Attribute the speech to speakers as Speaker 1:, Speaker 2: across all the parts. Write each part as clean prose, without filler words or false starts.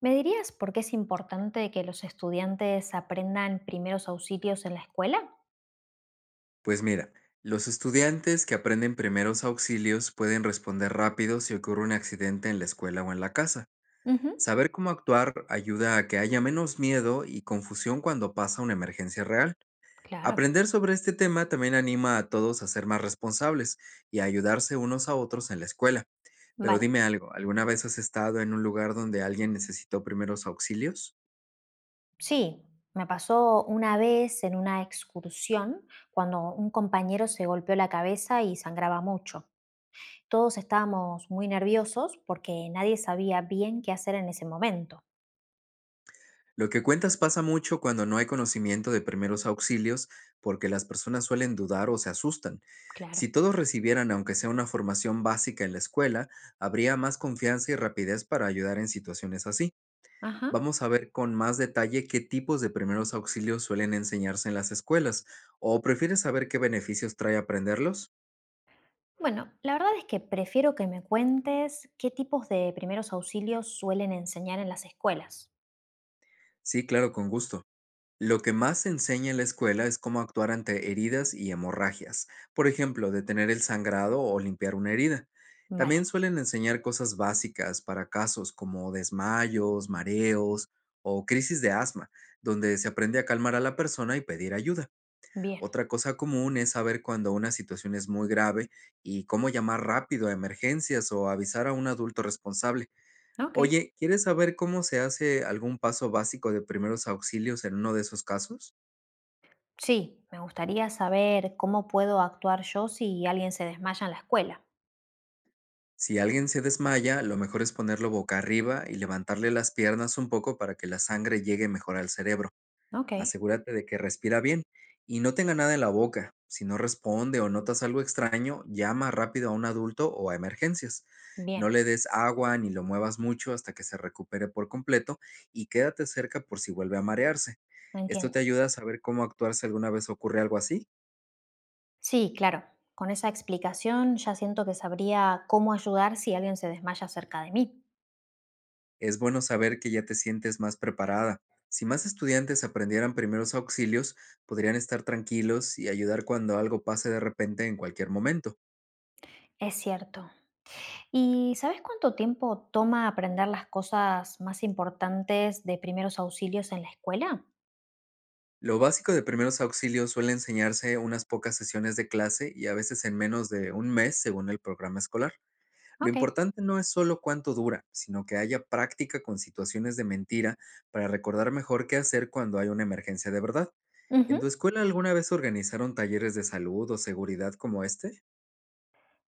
Speaker 1: ¿Me dirías por qué es importante que los estudiantes aprendan primeros auxilios en la escuela?
Speaker 2: Pues mira, los estudiantes que aprenden primeros auxilios pueden responder rápido si ocurre un accidente en la escuela o en la casa.
Speaker 1: Ujú,
Speaker 2: Saber cómo actuar ayuda a que haya menos miedo y confusión cuando pasa una emergencia real.
Speaker 1: claro.
Speaker 2: Aprender sobre este tema también anima a todos a ser más responsables y a ayudarse unos a otros en la escuela. Pero
Speaker 1: Vale,
Speaker 2: dime algo, ¿alguna vez has estado en un lugar donde alguien necesitó primeros auxilios?
Speaker 1: sí, me pasó una vez en una excursión cuando un compañero se golpeó la cabeza y sangraba mucho. Todos estábamos muy nerviosos porque nadie sabía bien qué hacer en ese momento.
Speaker 2: Lo que cuentas pasa mucho cuando no hay conocimiento de primeros auxilios, porque las personas suelen dudar o se asustan. Si
Speaker 1: Claro.
Speaker 2: todos recibieran, aunque sea una formación básica en la escuela, habría más confianza y rapidez para ayudar en situaciones así.
Speaker 1: Ajá.
Speaker 2: Vamos a ver con más detalle qué tipos de primeros auxilios suelen enseñarse en las escuelas, o prefieres saber qué beneficios trae aprenderlos.
Speaker 1: Bueno, la verdad es que prefiero que me cuentes qué tipos de primeros auxilios suelen enseñar en las escuelas.
Speaker 2: Sí, claro, con gusto. Lo que más se enseña en la escuela es cómo actuar ante heridas y hemorragias, por ejemplo, detener el sangrado o limpiar una herida.
Speaker 1: Vale.
Speaker 2: También suelen enseñar cosas básicas para casos como desmayos, mareos o crisis de asma, donde se aprende a calmar a la persona y pedir ayuda.
Speaker 1: Bien.
Speaker 2: Otra cosa común es saber cuando una situación es muy grave y cómo llamar rápido a emergencias o avisar a un adulto responsable.
Speaker 1: Ok.
Speaker 2: Oye, ¿quieres saber cómo se hace algún paso básico de primeros auxilios en uno de esos casos?
Speaker 1: Sí, me gustaría saber cómo puedo actuar yo si alguien se desmaya en la escuela.
Speaker 2: Si alguien se desmaya, lo mejor es ponerlo boca arriba y levantarle las piernas un poco para que la sangre llegue mejor al cerebro.
Speaker 1: Ok,
Speaker 2: Asegúrate de que respira bien y no tenga nada en la boca. Si no responde o notas algo extraño, llama rápido a un adulto o a emergencias.
Speaker 1: bien,
Speaker 2: No le des agua ni lo muevas mucho hasta que se recupere por completo y quédate cerca por si vuelve a marearse.
Speaker 1: lo
Speaker 2: Esto
Speaker 1: entiendo.
Speaker 2: te ayuda a saber cómo actuar si alguna vez ocurre algo así.
Speaker 1: Sí, claro. Con esa explicación ya siento que sabría cómo ayudar si alguien se desmaya cerca de mí.
Speaker 2: Es bueno saber que ya te sientes más preparada. Si más estudiantes aprendieran primeros auxilios, podrían estar tranquilos y ayudar cuando algo pase de repente en cualquier momento.
Speaker 1: Es cierto. ¿Y sabes cuánto tiempo toma aprender las cosas más importantes de primeros auxilios en la escuela?
Speaker 2: Lo básico de primeros auxilios suele enseñarse unas pocas sesiones de clase y a veces en menos de un mes según el programa escolar. Lo
Speaker 1: Ok.
Speaker 2: importante no es solo cuánto dura, sino que haya práctica con situaciones de mentira para recordar mejor qué hacer cuando hay una emergencia de verdad. ¿En tu
Speaker 1: Ujú.
Speaker 2: escuela alguna vez organizaron talleres de salud o seguridad como este?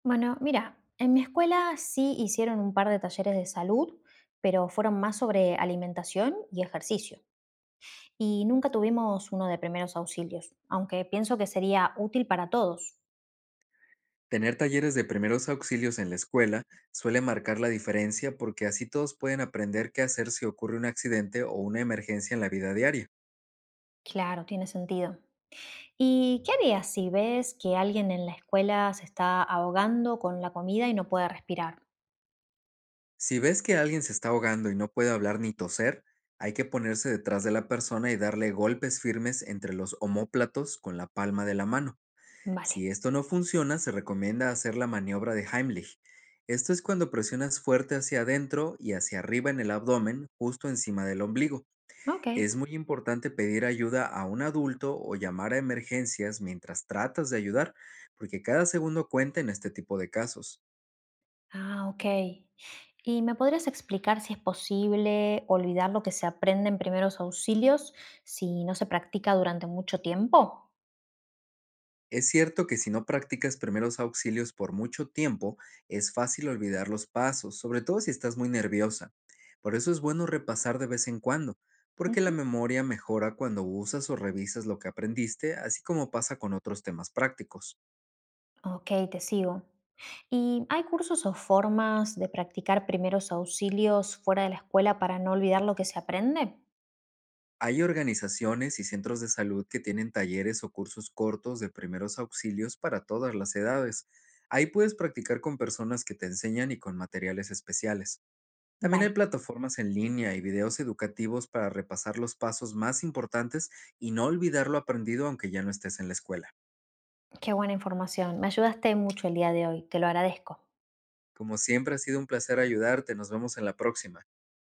Speaker 1: Bueno, mira, en mi escuela sí hicieron un par de talleres de salud, pero fueron más sobre alimentación y ejercicio. Y nunca tuvimos uno de primeros auxilios, aunque pienso que sería útil para todos.
Speaker 2: Tener talleres de primeros auxilios en la escuela suele marcar la diferencia porque así todos pueden aprender qué hacer si ocurre un accidente o una emergencia en la vida diaria.
Speaker 1: Claro, tiene sentido. ¿Y qué harías si ves que alguien en la escuela se está ahogando con la comida y no puede respirar?
Speaker 2: Si ves que alguien se está ahogando y no puede hablar ni toser, hay que ponerse detrás de la persona y darle golpes firmes entre los omóplatos con la palma de la mano.
Speaker 1: Vale.
Speaker 2: Si esto no funciona, se recomienda hacer la maniobra de Heimlich. Esto es cuando presionas fuerte hacia adentro y hacia arriba en el abdomen, justo encima del ombligo.
Speaker 1: Ok.
Speaker 2: Es muy importante pedir ayuda a un adulto o llamar a emergencias mientras tratas de ayudar, porque cada segundo cuenta en este tipo de casos.
Speaker 1: Ah, ok. ¿Y me podrías explicar si es posible olvidar lo que se aprende en primeros auxilios si no se practica durante mucho tiempo?
Speaker 2: Es cierto que si no practicas primeros auxilios por mucho tiempo, es fácil olvidar los pasos, sobre todo si estás muy nerviosa. Por eso es bueno repasar de vez en cuando, porque la
Speaker 1: Ujú.
Speaker 2: memoria mejora cuando usas o revisas lo que aprendiste, así como pasa con otros temas prácticos.
Speaker 1: Ok, te sigo. ¿Y hay cursos o formas de practicar primeros auxilios fuera de la escuela para no olvidar lo que se aprende?
Speaker 2: Hay organizaciones y centros de salud que tienen talleres o cursos cortos de primeros auxilios para todas las edades. Ahí puedes practicar con personas que te enseñan y con materiales especiales. También
Speaker 1: Vale,
Speaker 2: hay plataformas en línea y videos educativos para repasar los pasos más importantes y no olvidar lo aprendido aunque ya no estés en la escuela.
Speaker 1: qué buena información. Me ayudaste mucho el día de hoy, te lo agradezco.
Speaker 2: Como siempre ha sido un placer ayudarte, nos vemos en la próxima.